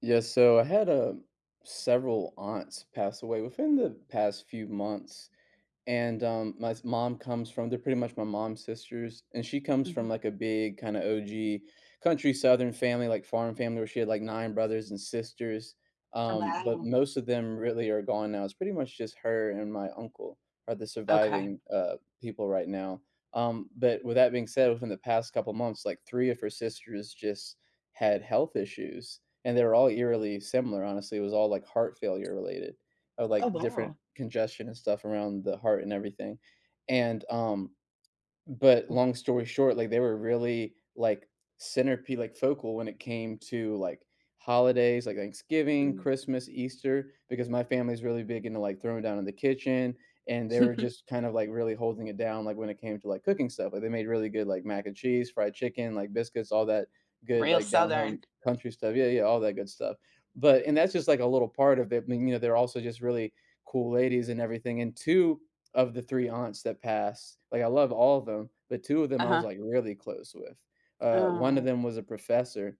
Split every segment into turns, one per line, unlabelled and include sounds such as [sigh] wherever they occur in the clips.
Yeah, so I had a several aunts pass away within the past few months, and, my s mom comes from— they're pretty much my mom's sisters, and she comes from,
Mhm.
like, a big kinda OG country Southern family, like, farm family where she had, like, 9 brothers and sisters,
Oh,
but
wow.
most of them really are gone now. It's pretty much just her and my uncle are the
Okay.
surviving, people right now. But with that being said, within the past couple months, like, 3 of her sisters just had health issues, and they were all eerily similar, honestly. It was all, like, heart failure related— of,
Oh,
like, different
wow.
congestion and stuff around the heart and everything, and, but
Oh,
long story short, like, they were really, like, centerpiece, like, focal when it came to, like, holidays, like Thanksgiving,
mm.
Christmas, Easter, because my family's really big into, like, throwing down in the kitchen, and they were
[laughs]
just kind of, like, really holding it down, like, when it came to, like, cooking stuff. Like, they made really good, like, mac and cheese, fried chicken, like, biscuits, all that good,
Real
like, down-home
Southern.
country stuff. Yeah, yeah, all that good stuff. But— and that's just, like, a little part of it, I mean, they're also just really cool ladies and everything, and 2 of the 3 aunts that passed, like, I love all of them, but 2 of them I was,
Uh-huh.
like, really close with. One of
Oh,
them was a professor,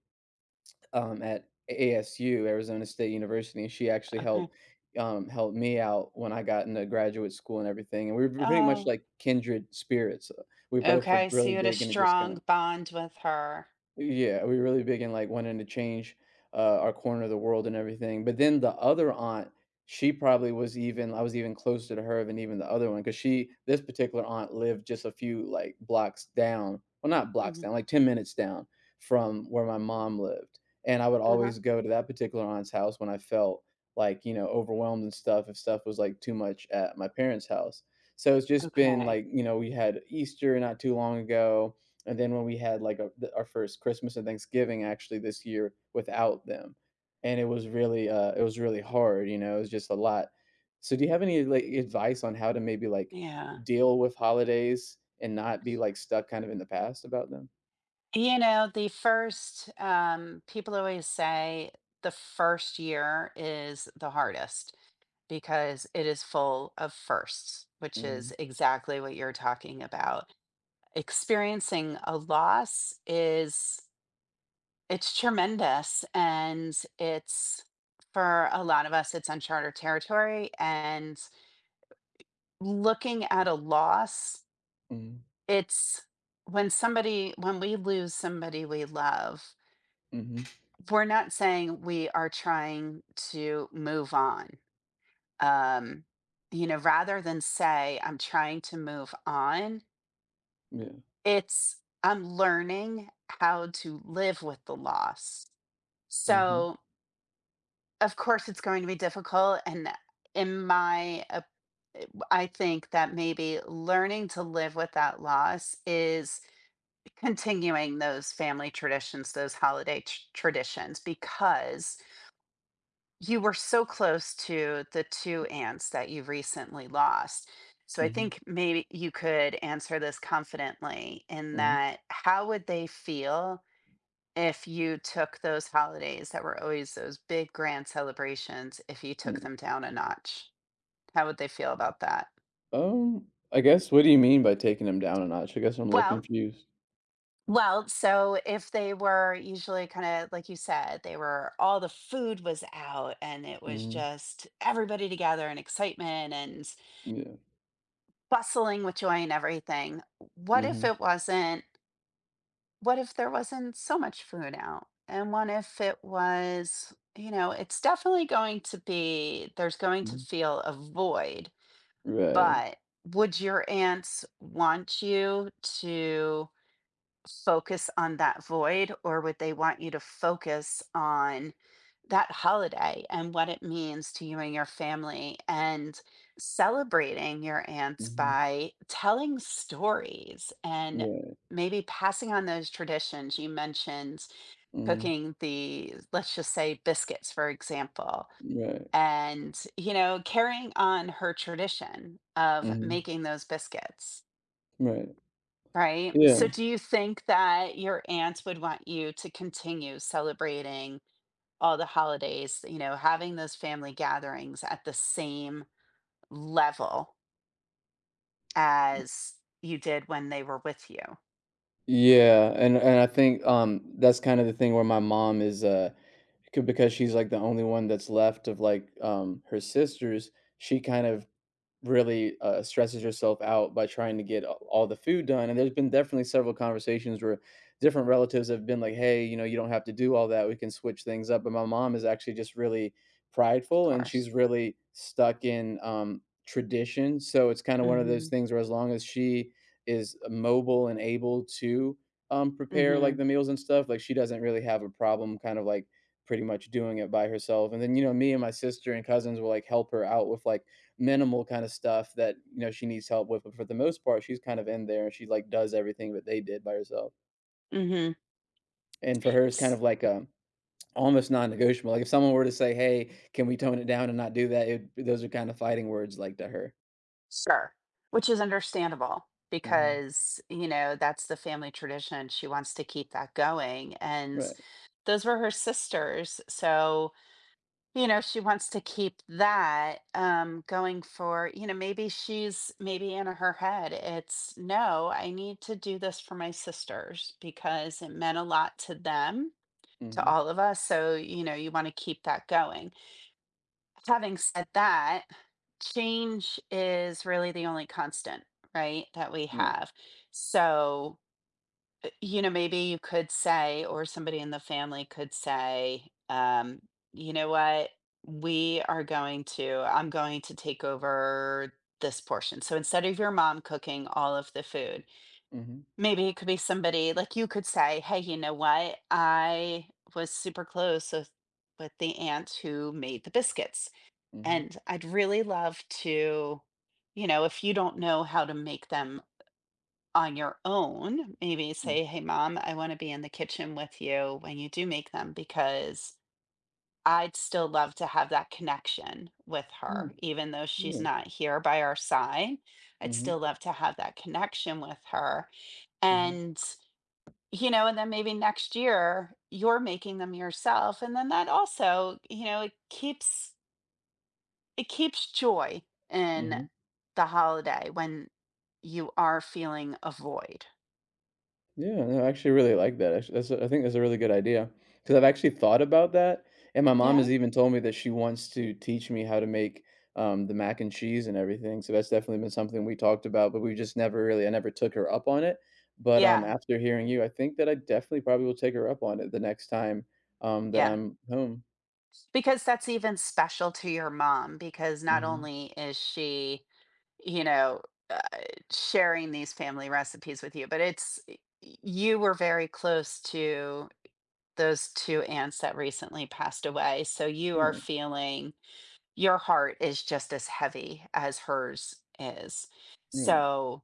at ASU, Arizona State University, and she actually
okay.
helped me out when I got into graduate school and everything, and we were pretty much
Oh,
like kindred spirits. We both were
okay. So
really
you had a
big and it just kinda—
strong bond with her.
yeah, we were really big in, like, wanting to change, our corner of the world and everything. But then the other aunt, she probably was— even I was even closer to her than even the other one, because she— this particular aunt lived just a few, like, blocks down— well, not blocks
Mhm.
down, like 10 minutes down from where my mom lived, and I would
Uh-huh.
always go to that particular aunt's house when I felt, like, you know, overwhelmed and stuff if stuff was, like, too much at my parents' house. So it's just been,
Okay.
like, you know, we had Easter not too long ago, and then when we had like a— our first Christmas and Thanksgiving actually this year without them, and it was really— it was really hard, you know, it was just a lot. So do you have any like advice on how to maybe like
Yeah.
deal with holidays and not be like stuck kind of in the past about them?
You know, the first, people always say the first year is the hardest because it is full of firsts, which
Mm-hmm.
is exactly what you're talking about. Experiencing a loss is it's tremendous, and it's for a lot of us, it's uncharted territory, and looking at a loss,
Mm-hmm.
it's when somebody when we lose somebody we love,
Mm-hmm.
we're not saying we are trying to move on. Um, you know, rather than say, "I'm trying to move on,"
Yeah.
it's, "I'm learning how to live with the loss."
Mm-hmm.
So of course, it's going to be difficult, and in my op I think that maybe learning to live with that loss is continuing those family traditions, those holiday tr traditions, because you were so close to the 2 aunts that you recently lost. So I
Mm-hmm.
think maybe you could answer this confidently in
Mm-hmm.
that how would they feel if you took those holidays that were always those big grand celebrations, if you took
Yeah.
them down a notch, how would they feel about that?
um I guess, what do you mean by taking them down a notch? I guess I'm a little
Well,
confused.
well, so if they were usually kind of like you said, they were all the food was out and it was
Mm-hmm.
just everybody together and excitement and
Yeah.
bustling with joy and everything. What if
Mm-hmm,
it wasn't what if there wasn't so much food out? And what if it was, you know, it's definitely going to be, there's going to
mm-hmm.
feel a void,
Right.
but would your aunts want you to focus on that void, or would they want you to focus on that holiday and what it means to you and your family and celebrating your aunts
Mm-hmm.
by telling stories and
Right.
maybe passing on those traditions? You mentioned
Mm-hmm.
cooking the, let's just say, biscuits, for example.
Right.
And, you know, carrying on her tradition of
Mhm.
making those biscuits.
Right.
Right.
Yeah.
So do you think that your aunt would want you to continue celebrating all the holidays, you know, having those family gatherings at the same level as you did when they were with you?
Yeah, and I think, that's kind of the thing where my mom is, c because she's, like, the only one that's left of, like, her sisters, she kind of really, stresses herself out by trying to get a— all the food done, and there's been definitely several conversations where different relatives have been like, "Hey, you know, you don't have to do all that, we can switch things up," but my mom is actually just really
Of
prideful, and
course.
she's really stuck in, tradition, so it's kinda one of those
Mhm.
things where as long as she is mobile and able to, prepare, like,
Mhm.
the meals and stuff, like, she doesn't really have a problem kind of, like, pretty much doing it by herself, and then, you know, me and my sister and cousins will, like, help her out with, like, minimal kind of stuff that, you know, she needs help with, but for the most part, she's kind of in there and she, like, does everything that they did by herself.
Mhm.
And for her, it's kind of
S-
like a almost non-negotiable. Like, if someone were to say, "Hey, can we tone it down and not do that?" It— those are kind of fighting words, like, to her.
Sure. Which is understandable
Mhm.
because, you know, that's the family tradition. She wants to keep that going and
Right.
those were her sisters. So, you know, she wants to keep that going for, you know, maybe she's maybe in her head it's no, I need to do this for my sisters because it meant a lot to them, to
Mhm.
all of us. So, you know, you want to keep that going. Having said that, change is really the only constant, right, that we
Right.
have. So, you know, maybe you could say, or somebody in the family could say, you know what, we are going to, I'm going to take over this portion. So instead of your mom cooking all of the food,
Mhm.
maybe it could be somebody like you could say, hey, you know what, I was super close with the aunt who made the biscuits.
Mhm.
And I'd really love to, you know, if you don't know how to make them on your own, maybe
Mhm.
say, hey, mom, I want to be in the kitchen with you when you do make them because I'd still love to have that connection with
Mm.
her, even though
Yeah.
she's
Mhm.
not here by our side. I'd
Mhm.
still love to have that connection with her.
Mhm.
And, you know, and then maybe next year you're making them yourself. And then that also, you know, it keeps joy in
Mhm.
the holiday when you are feeling a void.
Yeah, no, I actually really like that, actually, that's a— I think that's a really good idea because— 'cause I've actually thought about that, and my mom
Yeah.
has even told me that she wants to teach me how to make, the mac and cheese and everything, so that's definitely been something we talked about, but we just never really— I never took her up on it, but,
Yeah.
after hearing you, I think that I definitely probably will take her up on it the next time, that
Yeah.
I'm home.
Because that's even special to your mom because not
Mhm.
only is she, you know, uh, sharing these family recipes with you, but it's y you were very close to those 2 aunts that recently passed away, so you are
Right,
feeling your heart is just as heavy as hers is.
right,
So,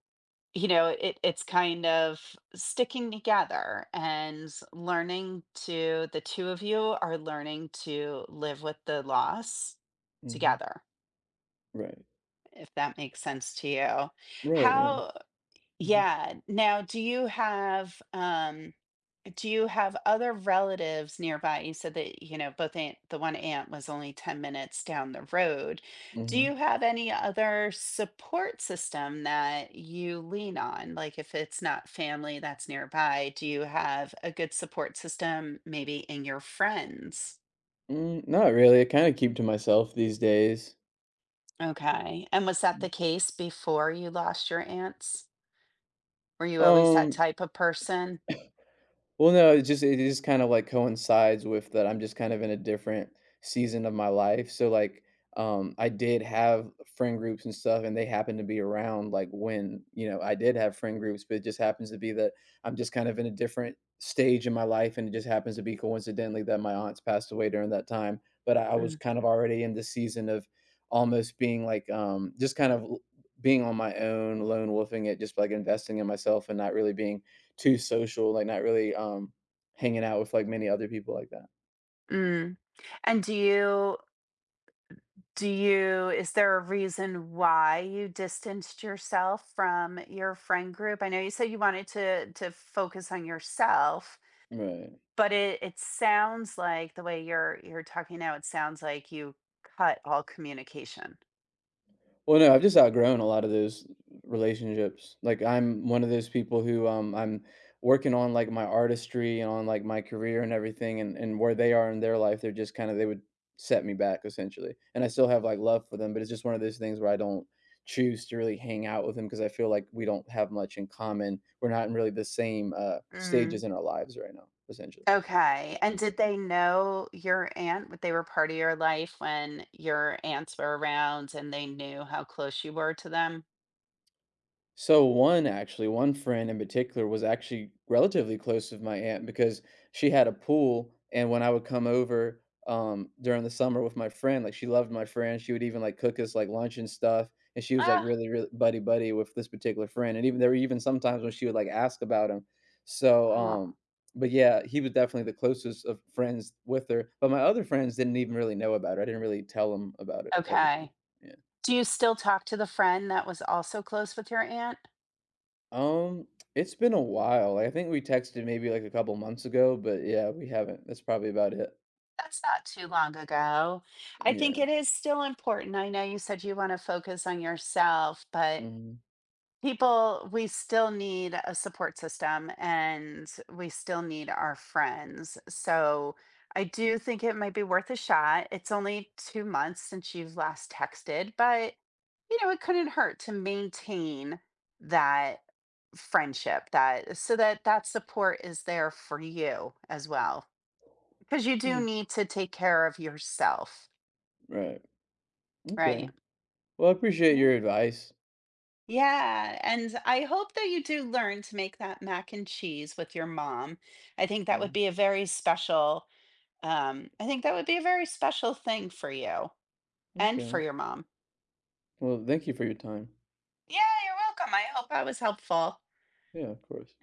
you know, it it's kind of sticking together and learning to the two of you are learning to live with the loss
mhm,
together,
right,
if that makes sense to you.
right, yeah,
How
mhm,
yeah, now do you have other relatives nearby? You said that, you know, both aunt, the one aunt was only 10 minutes down the road. Do
mhm.
you have any other support system that you lean on? Like if it's not family that's nearby, do you have a good support system maybe in your friends?
Mm, not really, I kinda keep to myself these days.
Okay. And was that the case before you lost your aunts? Were you always that
Um
type of person?
Well, no, it just— it just kind of, like, coincides with that I'm just kind of in a different season of my life, so, like, I did have friend groups and stuff, and they happened to be around, like, when, you know, I did have friend groups, but it just happens to be that I'm just kind of in a different stage in my life, and it just happens to be coincidentally that my aunts passed away during that time, but I was
Mm.
kind of already in the season of almost being, like, just kind of l being on my own, lone wolfing it, just, like, investing in myself and not really being too social, like, not really, hanging out with, like, many other people like that.
Mm. And do you is there a reason why you distanced yourself from your friend group? I know you said you wanted to focus on yourself,
Right.
but it sounds like the way you're talking now, it sounds like you cut all communication.
Well, no, I've just outgrown a lot of those relationships. Like, I'm one of those people who, I'm working on, like, my artistry and on, like, my career and everything, and where they are in their life, they're just kinda— they would set me back essentially, and I still have, like, love for them, but it's just one of those things where I don't choose to really hang out with them because I feel like we don't have much in common. We're not in really the same, stages
Mm.
in our lives right now, essentially.
Okay. And did they know your aunt? What They were part of your life when your aunts were around and they knew how close you were to them?
So one— actually, one friend in particular was actually relatively close with my aunt because she had a pool, and when I would come over during the summer with my friend, like she loved my friend, she would even like cook us like lunch and stuff, and she was like
Ah.
really buddy buddy with this particular friend, and even there were even sometimes when she would like ask about him. So,
Oh,
but yeah, he was definitely the closest of friends with her, but my other friends didn't even really know about her. I didn't really tell them about it everything.
okay.
Yeah.
Do you still talk to the friend that was also close with your aunt?
Um, it's been a while. Like, I think we texted maybe like a couple months ago, but yeah, we haven't. That's probably about it.
That's not too long ago. I think
Yeah.
it is still important. I know you said you want to focus on yourself, but
Mhm.
people, we still need a support system and we still need our friends. So I do think it might be worth a shot. It's only 2 months since you've last texted, but you know, it couldn't hurt to maintain that friendship that so that that support is there for you as well because you do
mm
need to take care of yourself,
Right. Okay.
right?
Well, I appreciate your
Yeah.
advice.
Yeah, and I hope that you do learn to make that mac and cheese with your mom. I think that would
Mm.
be a very special I think that would be a very special thing for you and for
Okay.
your mom.
Well, thank you for your time.
Yeah, you're welcome. I hope I was helpful.
Yeah, of course.